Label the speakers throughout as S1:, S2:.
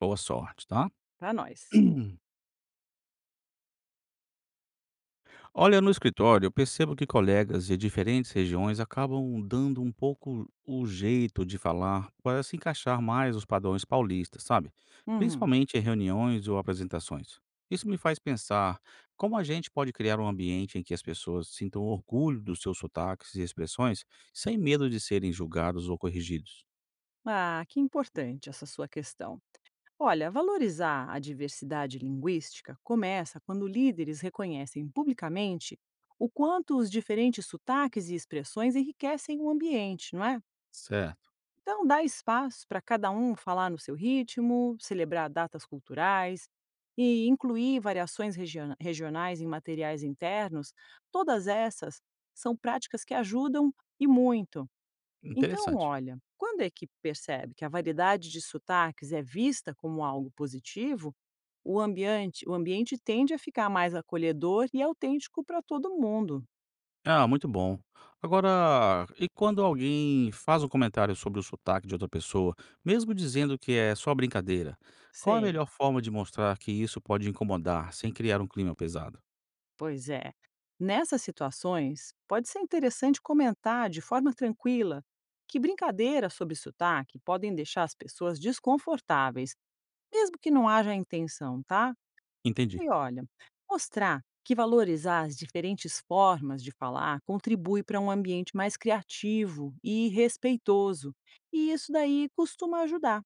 S1: Boa sorte, tá?
S2: Para nós.
S1: Olha, no escritório, eu percebo que colegas de diferentes regiões acabam dando um pouco o jeito de falar para se encaixar mais os padrões paulistas, sabe?
S2: Uhum.
S1: Principalmente em reuniões ou apresentações. Isso me faz pensar como a gente pode criar um ambiente em que as pessoas sintam orgulho dos seus sotaques e expressões sem medo de serem julgados ou corrigidos.
S2: Ah, que importante essa sua questão. Olha, valorizar a diversidade linguística começa quando líderes reconhecem publicamente o quanto os diferentes sotaques e expressões enriquecem o ambiente, não é?
S1: Certo,
S2: Então, dá espaço para cada um falar no seu ritmo, celebrar datas culturais e incluir variações regionais em materiais internos. Todas essas são práticas que ajudam e muito. Então,
S1: interessante.
S2: olha, quando a equipe percebe que a variedade de sotaques é vista como algo positivo, o ambiente tende a ficar mais acolhedor e autêntico para todo mundo.
S1: Ah, muito bom. Agora, e quando alguém faz um comentário sobre o sotaque de outra pessoa, mesmo dizendo que é só brincadeira, qual a
S2: Sei,
S1: melhor forma de mostrar que isso pode incomodar sem criar um clima pesado?
S2: pois é. Nessas situações, pode ser interessante comentar de forma tranquila que brincadeiras sobre sotaque podem deixar as pessoas desconfortáveis, mesmo que não haja a intenção, tá?
S1: Entendi.
S2: E olha, mostrar que valorizar as diferentes formas de falar contribui para um ambiente mais criativo e respeitoso. E isso daí costuma ajudar.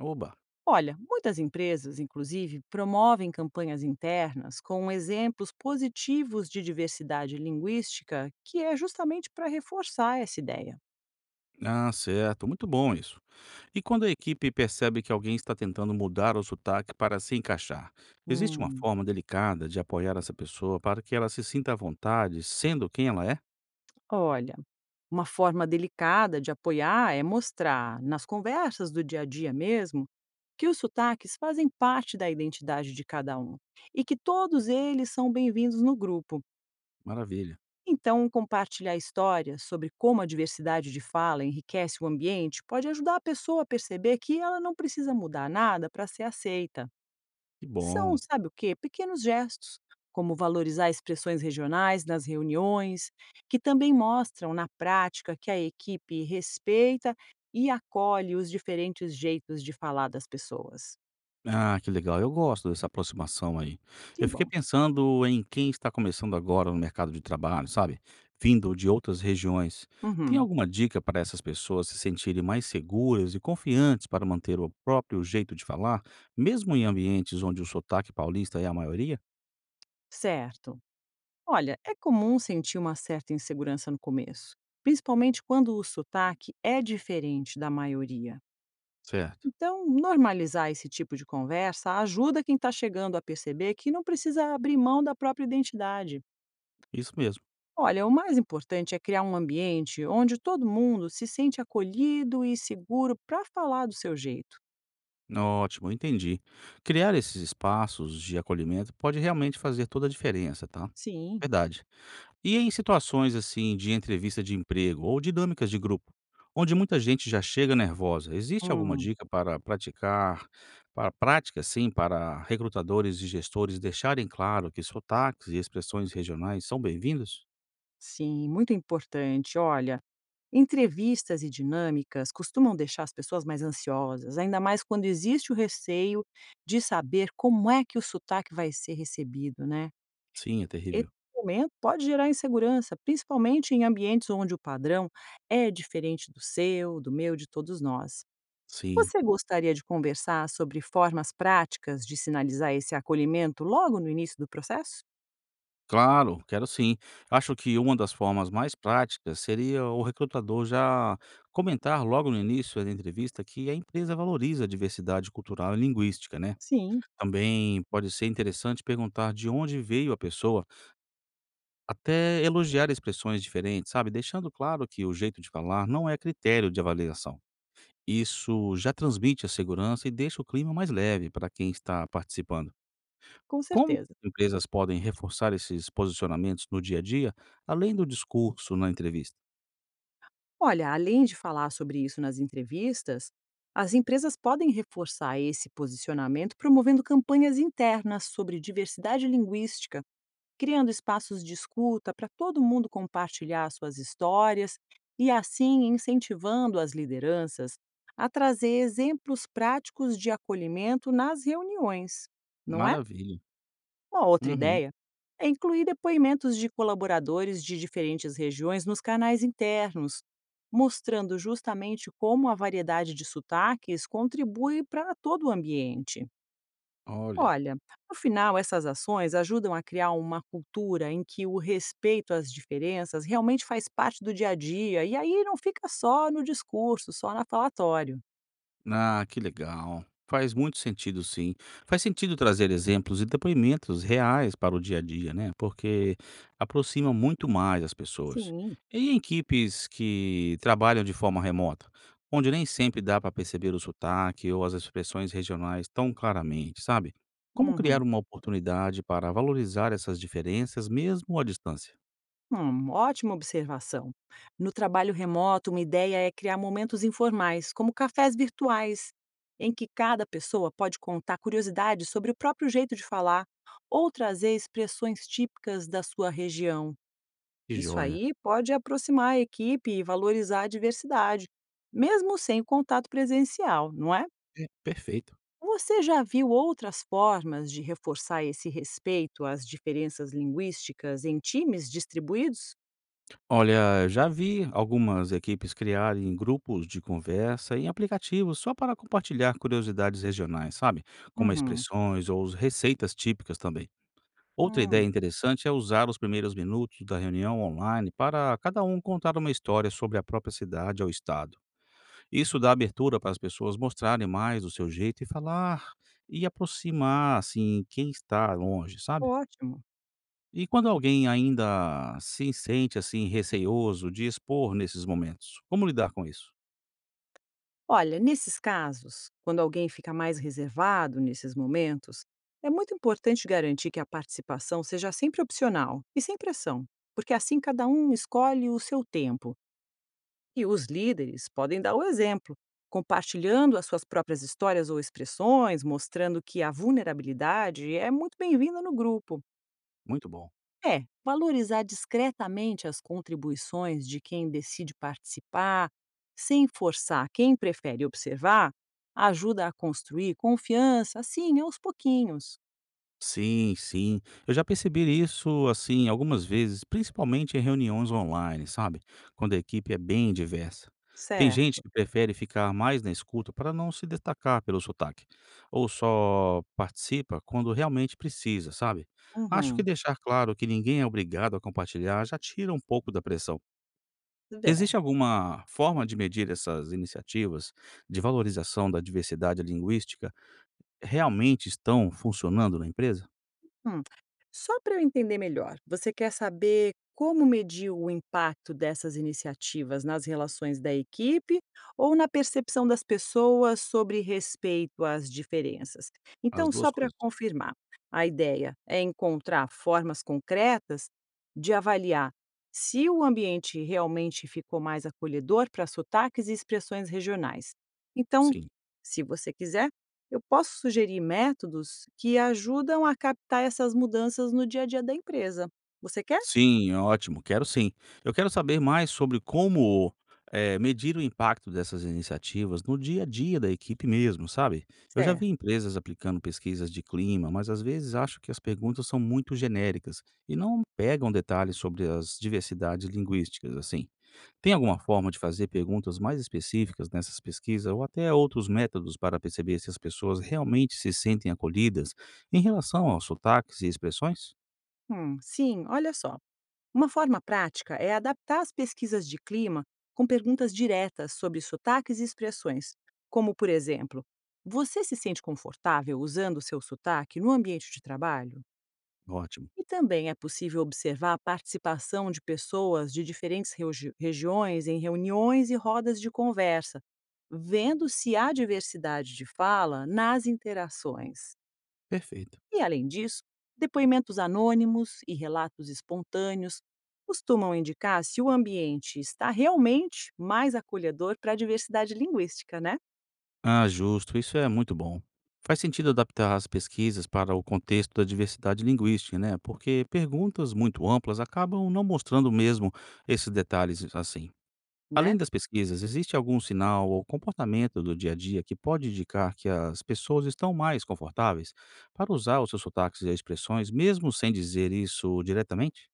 S1: Oba.
S2: Olha, muitas empresas, inclusive, promovem campanhas internas com exemplos positivos de diversidade linguística, que é justamente para reforçar essa ideia.
S1: Ah, certo. Muito bom isso. E quando a equipe percebe que alguém está tentando mudar o sotaque para se encaixar, existe uma
S2: Hum,
S1: forma delicada de apoiar essa pessoa para que ela se sinta à vontade sendo quem ela é?
S2: olha, uma forma delicada de apoiar é mostrar, nas conversas do dia a dia mesmo, que os sotaques fazem parte da identidade de cada um e que todos eles são bem-vindos no grupo.
S1: Maravilha.
S2: Então, compartilhar histórias sobre como a diversidade de fala enriquece o ambiente pode ajudar a pessoa a perceber que ela não precisa mudar nada para ser aceita.
S1: Que
S2: São,
S1: bom.
S2: sabe o quê? Pequenos gestos, como valorizar expressões regionais nas reuniões, que também mostram na prática que a equipe respeita e acolhe os diferentes jeitos de falar das pessoas.
S1: Ah, que legal. Eu gosto dessa aproximação aí.
S2: Que
S1: Eu fiquei
S2: bom.
S1: pensando em quem está começando agora no mercado de trabalho, sabe? Vindo de outras regiões. Tem
S2: Uhum.
S1: alguma dica para essas pessoas se sentirem mais seguras e confiantes para manter o próprio jeito de falar, mesmo em ambientes onde o sotaque paulista é a maioria?
S2: Certo. Olha, é comum sentir uma certa insegurança no começo, principalmente quando o sotaque é diferente da maioria.
S1: Certo.
S2: Então, normalizar esse tipo de conversa ajuda quem está chegando a perceber que não precisa abrir mão da própria identidade.
S1: Isso mesmo.
S2: Olha, o mais importante é criar um ambiente onde todo mundo se sente acolhido e seguro para falar do seu jeito.
S1: Ótimo, entendi. Criar esses espaços de acolhimento pode realmente fazer toda a diferença, tá?
S2: Sim.
S1: Verdade. E em situações assim de entrevista de emprego ou dinâmicas de grupo, onde muita gente já chega nervosa, existe alguma
S2: Hum,
S1: dica para praticar, para prática, sim, para recrutadores e gestores deixarem claro que sotaques e expressões regionais são bem-vindos?
S2: sim, muito importante. Olha, entrevistas e dinâmicas costumam deixar as pessoas mais ansiosas, ainda mais quando existe o receio de saber como é que o sotaque vai ser recebido, né.
S1: Sim, é
S2: Esse
S1: terrível.
S2: momento pode gerar insegurança, principalmente em ambientes onde o padrão é diferente do seu, do meu, de todos nós.
S1: Sim.
S2: Você gostaria de conversar sobre formas práticas de sinalizar esse acolhimento logo no início do processo?
S1: Claro, quero sim. Acho que uma das formas mais práticas seria o recrutador já comentar logo no início da entrevista que a empresa valoriza a diversidade cultural e linguística, né?
S2: Sim,
S1: Também pode ser interessante perguntar de onde veio a pessoa, até elogiar expressões diferentes, sabe? Deixando claro que o jeito de falar não é critério de avaliação. Isso já transmite a segurança e deixa o clima mais leve para quem está participando.
S2: com
S1: Como
S2: certeza.
S1: empresas podem reforçar esses posicionamentos no dia a dia, além do discurso na entrevista?
S2: Olha, além de falar sobre isso nas entrevistas, as empresas podem reforçar esse posicionamento promovendo campanhas internas sobre diversidade linguística, criando espaços de escuta para todo mundo compartilhar suas histórias e, assim, incentivando as lideranças a trazer exemplos práticos de acolhimento nas reuniões, não é?
S1: Maravilha.
S2: Uma outra
S1: Uhum.
S2: ideia é incluir depoimentos de colaboradores de diferentes regiões nos canais internos, mostrando justamente como a variedade de sotaques contribui para todo o ambiente.
S1: Olha.
S2: Olha, no final, essas ações ajudam a criar uma cultura em que o respeito às diferenças realmente faz parte do dia a dia, e aí não fica só no discurso, só na falatório.
S1: Ah, que legal. Faz muito sentido, sim. Faz sentido trazer exemplos e depoimentos reais para o dia a dia, né? Porque aproxima muito mais as pessoas.
S2: Sim.
S1: E em equipes que trabalham de forma remota, onde nem sempre dá para perceber o sotaque ou as expressões regionais tão claramente, sabe? Como criar
S2: Uhum.
S1: uma oportunidade para valorizar essas diferenças mesmo à distância?
S2: Ótima observação. No trabalho remoto, uma ideia é criar momentos informais, como cafés virtuais, em que cada pessoa pode contar curiosidades sobre o próprio jeito de falar ou trazer expressões típicas da sua região.
S1: Que
S2: Isso
S1: joia.
S2: aí pode aproximar a equipe e valorizar a diversidade, mesmo sem o contato presencial, não é?
S1: É, perfeito.
S2: Você já viu outras formas de reforçar esse respeito às diferenças linguísticas em times distribuídos?
S1: Olha, já vi algumas equipes criarem grupos de conversa em aplicativos só para compartilhar curiosidades regionais, sabe? Como
S2: Uhum.
S1: expressões ou as receitas típicas também. Outra
S2: Hum,
S1: ideia interessante é usar os primeiros minutos da reunião online para cada um contar uma história sobre a própria cidade ou estado. Isso dá abertura para as pessoas mostrarem mais do seu jeito e falar e aproximar assim quem está longe, sabe?
S2: ótimo.
S1: E quando alguém ainda se sente assim receioso de expor nesses momentos, como lidar com isso?
S2: Olha, nesses casos, quando alguém fica mais reservado nesses momentos, é muito importante garantir que a participação seja sempre opcional e sem pressão, porque assim cada um escolhe o seu tempo e os líderes podem dar o exemplo, compartilhando as suas próprias histórias ou expressões, mostrando que a vulnerabilidade é muito bem-vinda no grupo.
S1: Muito bom.
S2: É, valorizar discretamente as contribuições de quem decide participar, sem forçar quem prefere observar, ajuda a construir confiança, assim, aos pouquinhos.
S1: Sim, sim. Eu já percebi isso assim algumas vezes, principalmente em reuniões online, sabe? Quando a equipe é bem diversa. Tem gente
S2: Certo.
S1: que prefere ficar mais na escuta para não se destacar pelo sotaque, ou só participa quando realmente precisa, sabe? Acho que
S2: Uhum.
S1: deixar claro que ninguém é obrigado a compartilhar já tira um pouco da pressão.
S2: É.
S1: Existe alguma forma de medir essas iniciativas de valorização da diversidade linguística realmente estão funcionando na empresa?
S2: Hum. Só para eu entender melhor, você quer saber como medir o impacto dessas iniciativas nas relações da equipe ou na percepção das pessoas sobre respeito às diferenças?
S1: As
S2: Então, só
S1: duas
S2: para
S1: coisas.
S2: confirmar, a ideia é encontrar formas concretas de avaliar se o ambiente realmente ficou mais acolhedor para sotaques e expressões regionais. Então,
S1: Sim.
S2: se você quiser, eu posso sugerir métodos que ajudam a captar essas mudanças no dia a dia da empresa. Você quer?
S1: Sim, ótimo, quero sim. Eu quero saber mais sobre como, medir o impacto dessas iniciativas no dia a dia da equipe mesmo, sabe? Eu já vi
S2: Certo.
S1: empresas aplicando pesquisas de clima, mas às vezes acho que as perguntas são muito genéricas e não pegam detalhes sobre as diversidades linguísticas, assim. Tem alguma forma de fazer perguntas mais específicas nessas pesquisas ou até outros métodos para perceber se as pessoas realmente se sentem acolhidas em relação aos sotaques e expressões?
S2: Sim, olha só. Uma forma prática é adaptar as pesquisas de clima com perguntas diretas sobre sotaques e expressões, como, por exemplo, você se sente confortável usando o seu sotaque no ambiente de trabalho?
S1: Ótimo,
S2: E também é possível observar a participação de pessoas de diferentes regiões em reuniões e rodas de conversa, vendo se há diversidade de fala nas interações.
S1: perfeito.
S2: E, além disso, depoimentos anônimos e relatos espontâneos costumam indicar se o ambiente está realmente mais acolhedor para a diversidade linguística, né?
S1: Ah, justo. Isso é muito bom. Faz sentido adaptar as pesquisas para o contexto da diversidade linguística, né? Porque perguntas muito amplas acabam não mostrando mesmo esses detalhes assim.
S2: Né?
S1: Além das pesquisas, existe algum sinal ou comportamento do dia a dia que pode indicar que as pessoas estão mais confortáveis para usar os seus sotaques e expressões, mesmo sem dizer isso diretamente?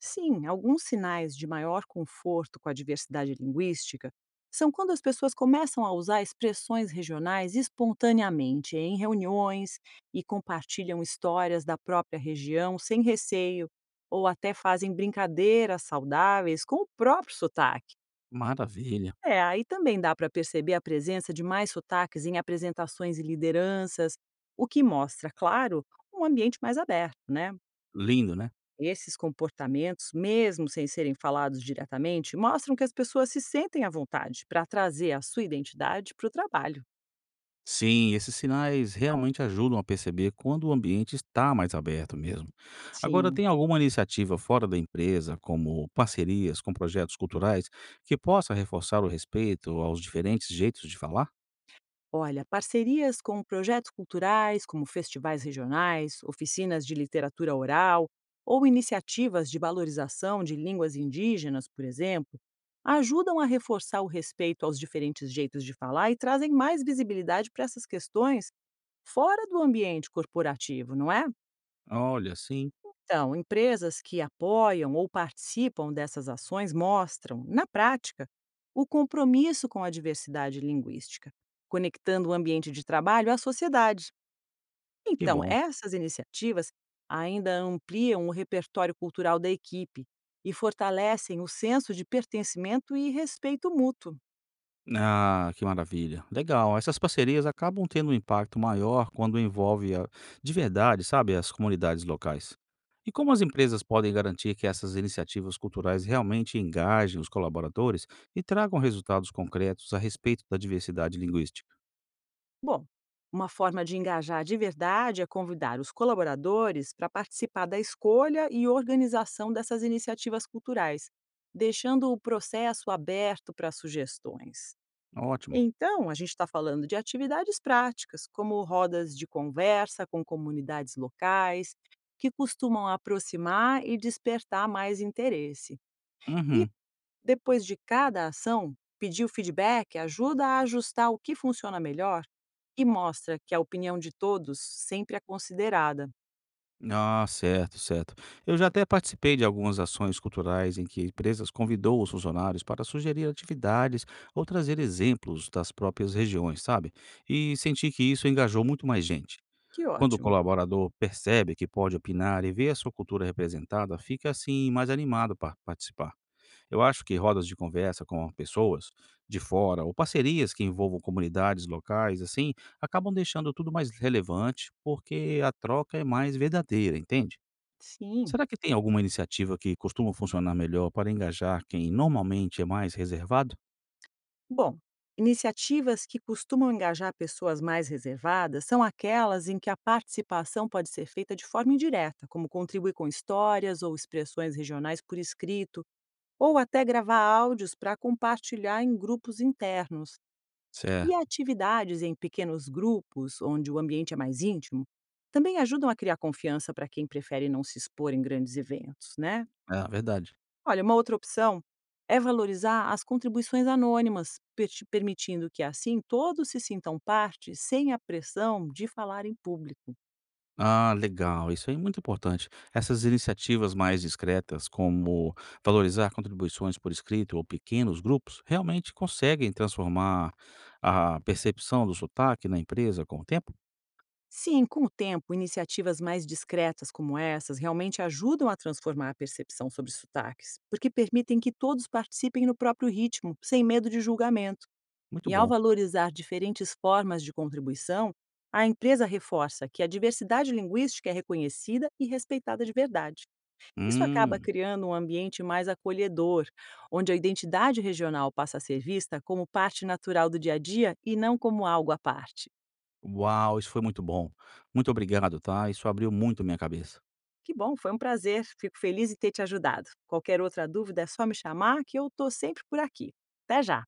S2: Sim, alguns sinais de maior conforto com a diversidade linguística são quando as pessoas começam a usar expressões regionais espontaneamente em reuniões e compartilham histórias da própria região sem receio, ou até fazem brincadeiras saudáveis com o próprio sotaque.
S1: Maravilha.
S2: É, aí também dá para perceber a presença de mais sotaques em apresentações e lideranças, o que mostra, claro, um ambiente mais aberto, né?
S1: Lindo, né?
S2: Esses comportamentos, mesmo sem serem falados diretamente, mostram que as pessoas se sentem à vontade para trazer a sua identidade para o trabalho.
S1: Sim, esses sinais realmente ajudam a perceber quando o ambiente está mais aberto mesmo. Agora,
S2: Sim.
S1: tem alguma iniciativa fora da empresa, como parcerias com projetos culturais, que possa reforçar o respeito aos diferentes jeitos de falar?
S2: Olha, parcerias com projetos culturais, como festivais regionais, oficinas de literatura oral ou iniciativas de valorização de línguas indígenas, por exemplo, ajudam a reforçar o respeito aos diferentes jeitos de falar e trazem mais visibilidade para essas questões fora do ambiente corporativo, não é?
S1: Olha, sim,
S2: Então, empresas que apoiam ou participam dessas ações mostram, na prática, o compromisso com a diversidade linguística, conectando o ambiente de trabalho à sociedade.
S1: que
S2: Então,
S1: bom.
S2: essas iniciativas ainda ampliam o repertório cultural da equipe e fortalecem o senso de pertencimento e respeito mútuo.
S1: Ah, que maravilha. Legal. Essas parcerias acabam tendo um impacto maior quando envolve a- de verdade, sabe, as comunidades locais. E como as empresas podem garantir que essas iniciativas culturais realmente engajem os colaboradores e tragam resultados concretos a respeito da diversidade linguística?
S2: Bom, uma forma de engajar de verdade é convidar os colaboradores para participar da escolha e organização dessas iniciativas culturais, deixando o processo aberto para sugestões.
S1: Ótimo.
S2: Então, a gente está falando de atividades práticas, como rodas de conversa com comunidades locais, que costumam aproximar e despertar mais interesse.
S1: Uhum.
S2: Depois de cada ação, pedir o feedback ajuda a ajustar o que funciona melhor e mostra que a opinião de todos sempre é considerada.
S1: Ah, certo, certo. Eu já até participei de algumas ações culturais em que empresas convidou os funcionários para sugerir atividades ou trazer exemplos das próprias regiões, sabe? E senti que isso engajou muito mais gente.
S2: Que
S1: Quando o
S2: ótimo.
S1: colaborador percebe que pode opinar e vê a sua cultura representada, fica assim mais animado para participar. Eu acho que rodas de conversa com pessoas de fora ou parcerias que envolvam comunidades locais, assim, acabam deixando tudo mais relevante porque a troca é mais verdadeira, entende?
S2: Sim.
S1: Será que tem alguma iniciativa que costuma funcionar melhor para engajar quem normalmente é mais reservado?
S2: Bom, iniciativas que costumam engajar pessoas mais reservadas são aquelas em que a participação pode ser feita de forma indireta, como contribuir com histórias ou expressões regionais por escrito, ou até gravar áudios para compartilhar em grupos internos. E
S1: Certo,
S2: atividades em pequenos grupos, onde o ambiente é mais íntimo, também ajudam a criar confiança para quem prefere não se expor em grandes eventos, né?
S1: é a verdade.
S2: Olha, uma outra opção é valorizar as contribuições anônimas, permitindo que assim todos se sintam parte sem a pressão de falar em público.
S1: Ah, legal, isso aí é muito importante. Essas iniciativas mais discretas, como valorizar contribuições por escrito ou pequenos grupos, realmente conseguem transformar a percepção do sotaque na empresa com o tempo?
S2: Sim, com o tempo, iniciativas mais discretas como essas realmente ajudam a transformar a percepção sobre sotaques, porque permitem que todos participem no próprio ritmo, sem medo de julgamento.
S1: Muito
S2: E ao
S1: bom.
S2: valorizar diferentes formas de contribuição, a empresa reforça que a diversidade linguística é reconhecida e respeitada de verdade. Isso acaba
S1: Hum,
S2: criando um ambiente mais acolhedor, onde a identidade regional passa a ser vista como parte natural do dia a dia e não como algo à parte.
S1: uau, isso foi muito bom. Muito obrigado, tá? Isso abriu muito minha cabeça.
S2: Que bom, foi um prazer. Fico feliz em ter te ajudado. Qualquer outra dúvida é só me chamar que eu estou sempre por aqui. Até já!